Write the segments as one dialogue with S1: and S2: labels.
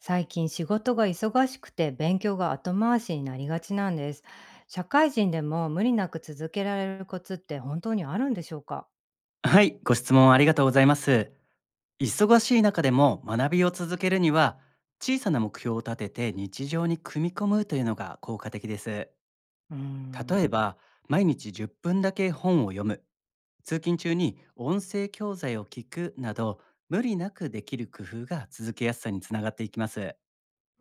S1: 最近仕事が忙しくて勉強が後回しになりがちなんです。社会人でも無理なく続けられるコツって本当にあるんでしょうか？
S2: はい、ご質問ありがとうございます。忙しい中でも学びを続けるには、小さな目標を立てて日常に組み込むというのが効果的です。
S1: うー
S2: 例え
S1: ん。
S2: ば、毎日10分だけ本を読む、通勤中に音声教材を聞くなど、無理なくできる工夫が続けやすさにつながっていきます。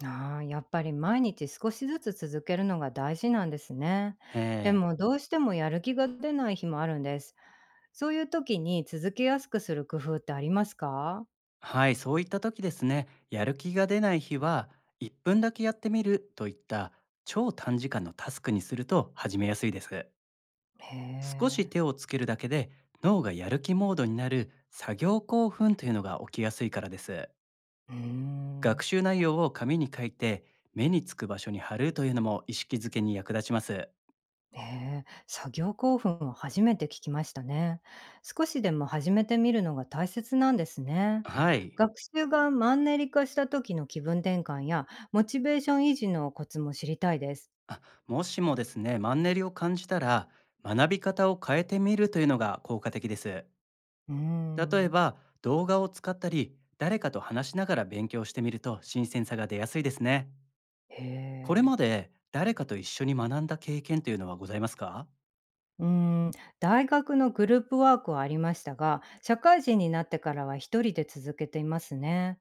S1: ああ、やっぱり毎日少しずつ続けるのが大事なんですね。で
S2: えー、
S1: もどうしてもやる気が出ない日もあるんです。そういう時に続けやすくする工夫ってありますか？
S2: はい、そういった時ですね、やる気が出ない日は、1分だけやってみるといった超短時間のタスクにすると始めやすいです。
S1: へ
S2: 少し
S1: え。
S2: 手をつけるだけで脳がやる気モードになる作業興奮というのが起きやすいからです。
S1: うー
S2: 学
S1: ん。
S2: 習内容を紙に書いて目につく場所に貼るというのも意識づけに役立ちます。
S1: ええ、作業興奮を初めて聞きましたね。少しでも始めてみるのが大切なんですね。
S2: はい、
S1: 学習がマンネリ化した時の気分転換やモチベーション維持のコツも知りたいです。
S2: あ、もしもですね、マンネリを感じたら学び方を変えてみるというのが効果的です。
S1: うー
S2: 例え
S1: ん。
S2: ば動画を使ったり誰かと話しながら勉強してみると新鮮さが出やすいですね。
S1: へ
S2: これ
S1: え。
S2: まで誰かと一緒に学んだ経験というのはございますか？
S1: うーん。大学のグループワークはありましたが、社会人になってからは一人で続けていますね。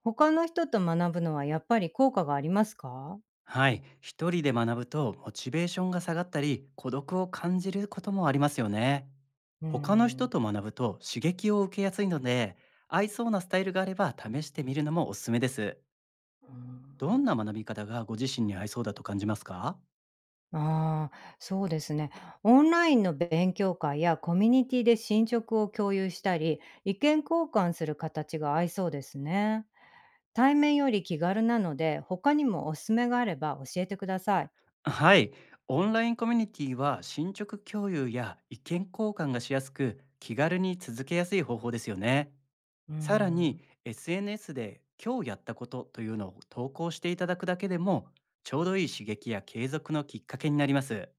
S1: 他の人と学ぶのはやっぱり効果がありますか？
S2: はい、一人で学ぶとモチベーションが下がったり孤独を感じることもありますよね。
S1: うー
S2: 他の人
S1: ん。
S2: と学ぶと刺激を受けやすいので、合いそうなスタイルがあれば試してみるのもおすすめです。
S1: うー
S2: ど
S1: ん。
S2: んな学び方がご自身に合いそうだと感じますか？
S1: ああ、そうですね。オンラインの勉強会やコミュニティで進捗を共有したり、意見交換する形が合いそうですね。対面より気軽なので、他にもおすすめがあれば教えてください。
S2: はい、オンラインコミュニティは進捗共有や意見交換がしやすく気軽に続けやすい方法ですよね。
S1: うー
S2: さらに
S1: ん。
S2: SNS で今日やったことというのを投稿していただくだけでもちょうどいい刺激や継続のきっかけになります。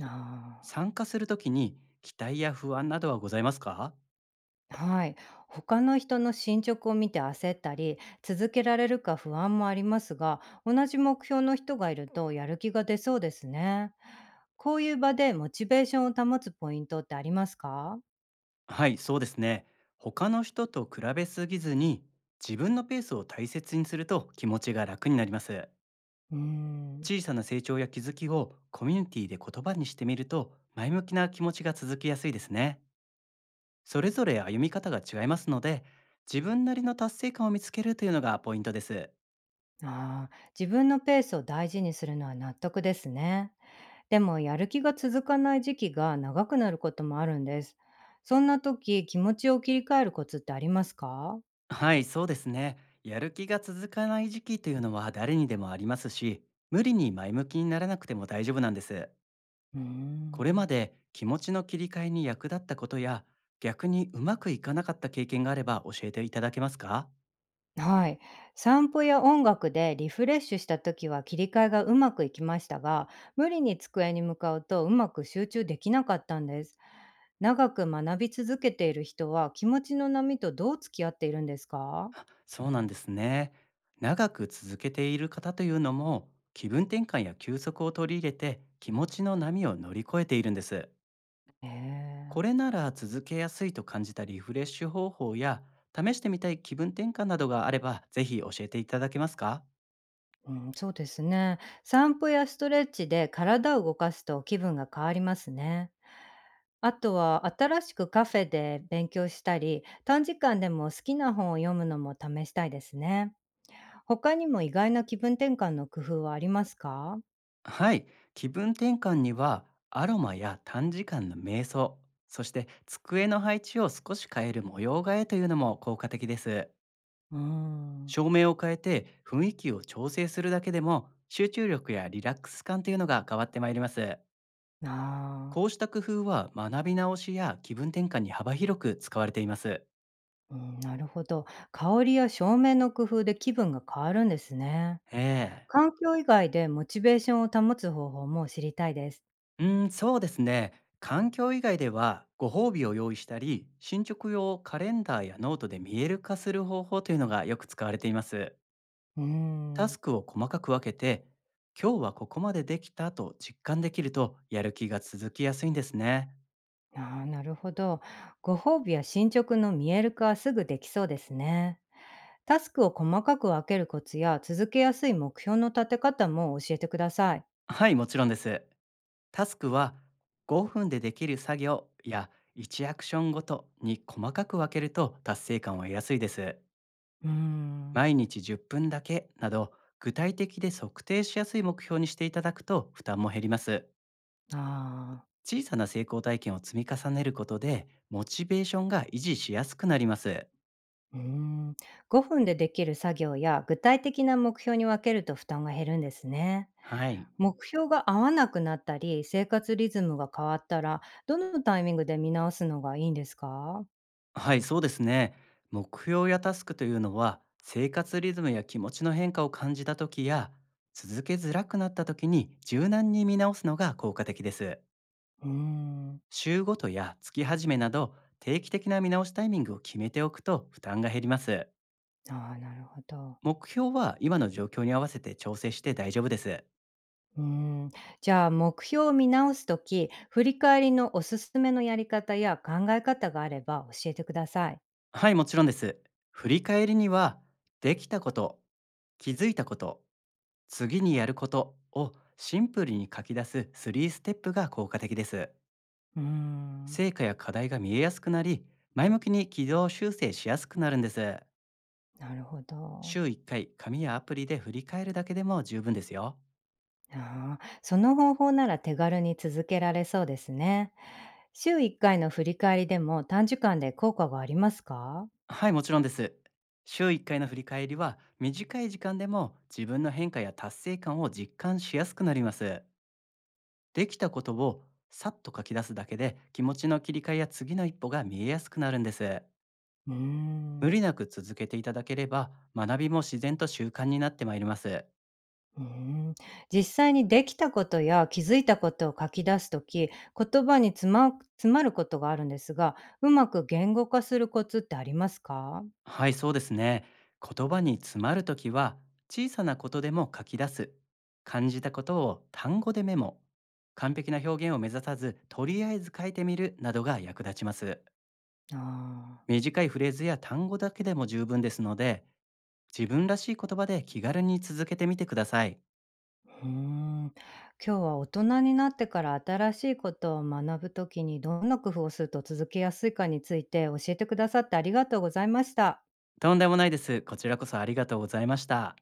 S1: あ
S2: 参加するときに期待や不安などはございますか？
S1: あ、はい。他の人の進捗を見て焦ったり、続けられるか不安もありますが、同じ目標の人がいるとやる気が出そうですね。こういう場でモチベーションを保つポイントってありますか？
S2: はい、そうですね。他の人と比べすぎずに自分のペースを大切にすると気持ちが楽になります。
S1: うーん。
S2: 小さな成長や気づきをコミュニティで言葉にしてみると前向きな気持ちが続きやすいですね。それぞれ歩み方が違いますので、自分なりの達成感を見つけるというのがポイントです。
S1: ああ、自分のペースを大事にするのは納得ですね。でも、やる気が続かない時期が長くなることもあるんです。そんな時、気持ちを切り替えるコツってありますか？
S2: はい、そうですね。やる気が続かない時期というのは誰にでもありますし、無理に前向きにならなくても大丈夫なんです。
S1: うー
S2: これま
S1: ん。
S2: で気持ちの切り替えに役立ったことや、逆にうまくいかなかった経験があれば教えていただけますか？
S1: はい。散歩や音楽でリフレッシュした時は切り替えがうまくいきましたが、無理に机に向かうとうまく集中できなかったんです。長く学び続けている人は気持ちの波とどう付き合っているんですか？
S2: そうなんですね。長く続けている方というのも、気分転換や休息を取り入れて気持ちの波を乗り越えているんです。
S1: へえ。
S2: これなら続けやすいと感じたリフレッシュ方法や試してみたい気分転換などがあればぜひ教えていただけますか？
S1: うん、そうですね。散歩やストレッチで体を動かすと気分が変わりますね。あとは新しくカフェで勉強したり、短時間でも好きな本を読むのも試したいですね。他にも意外な気分転換の工夫はありますか？
S2: はい、気分転換にはアロマや短時間の瞑想、そして机の配置を少し変える模様替えというのも効果的です。
S1: うーん。
S2: 照明を変えて雰囲気を調整するだけでも集中力やリラックス感というのが変わってまいります。
S1: ああ、
S2: こうした工夫は学び直しや気分転換に幅広く使われています。
S1: うん、なるほど。香りや照明の工夫で気分が変わるんですね。
S2: ええ。
S1: 環境以外でモチベーションを保つ方法も知りたいです。
S2: うーん、そうですね。環境以外ではご褒美を用意したり、進捗用カレンダーやノートで見える化する方法というのがよく使われています。
S1: うー
S2: タス
S1: ん。
S2: クを細かく分けて、今日はここまでできたと実感できるとやる気が続きやすいんですね。
S1: ああ、なるほど。ご褒美や進捗の見える化はすぐできそうですね。タスクを細かく分けるコツや続けやすい目標の立て方も教えてください。
S2: はい、もちろんです。タスクは5分でできる作業や1アクションごとに細かく分けると達成感を得やすいです。
S1: うーん。
S2: 毎日10分だけなど具体的で測定しやすい目標にしていただくと負担も減ります。
S1: ああ。
S2: 小さな成功体験を積み重ねることでモチベーションが維持しやすくなります。
S1: うーん。5分でできる作業や具体的な目標に分けると負担が減るんですね。
S2: はい。
S1: 目標が合わなくなったり、生活リズムが変わったら、どのタイミングで見直すのがいいんですか？
S2: はい、そうですね。目標やタスクというのは生活リズムや気持ちの変化を感じた時や続けづらくなった時に柔軟に見直すのが効果的です。
S1: うーん。
S2: 週ごとや月始めなど定期的な見直しタイミングを決めておくと負担が減ります。
S1: ああ、なるほど。
S2: 目標は今の状況に合わせて調整して大丈夫です。
S1: うん、じゃあ目標を見直すとき、振り返りのおすすめのやり方や考え方があれば教えてください。
S2: はい、もちろんです。振り返りには、できたこと、気づいたこと、次にやることをシンプルに書き出す3ステップが効果的です。
S1: うーん、
S2: 成果や課題が見えやすくなり、前向きに軌道修正しやすくなるんです。
S1: なるほど。
S2: 週1回、紙やアプリで振り返るだけでも十分ですよ。
S1: ああ、その方法なら手軽に続けられそうですね。週1回の振り返りでも短時間で効果がありますか？
S2: はい、もちろんです。週1回の振り返りは短い時間でも自分の変化や達成感を実感しやすくなります。できたことをさっと書き出すだけで気持ちの切り替えや次の一歩が見えやすくなるんです。
S1: うー
S2: 無
S1: ん、
S2: 理なく続けていただければ学びも自然と習慣になってまいります。
S1: うーん。実際にできたことや気づいたことを書き出すとき、言葉に詰まることがあるんですが、うまく言語化するコツってありますか？
S2: はい、そうですね。言葉に詰まるときは小さなことでも書き出す。感じたことを単語でメモ。完璧な表現を目指さずとりあえず書いてみるなどが役立ちます。
S1: あ
S2: 短いフレーズや単語だけでも十分ですので自分らしい言葉で気軽に続けてみてください。
S1: あ、うーん。今日は大人になってから新しいことを学ぶときにどんな工夫をすると続けやすいかについて教えてくださってありがとうございました。
S2: とんでもないです。こちらこそありがとうございました。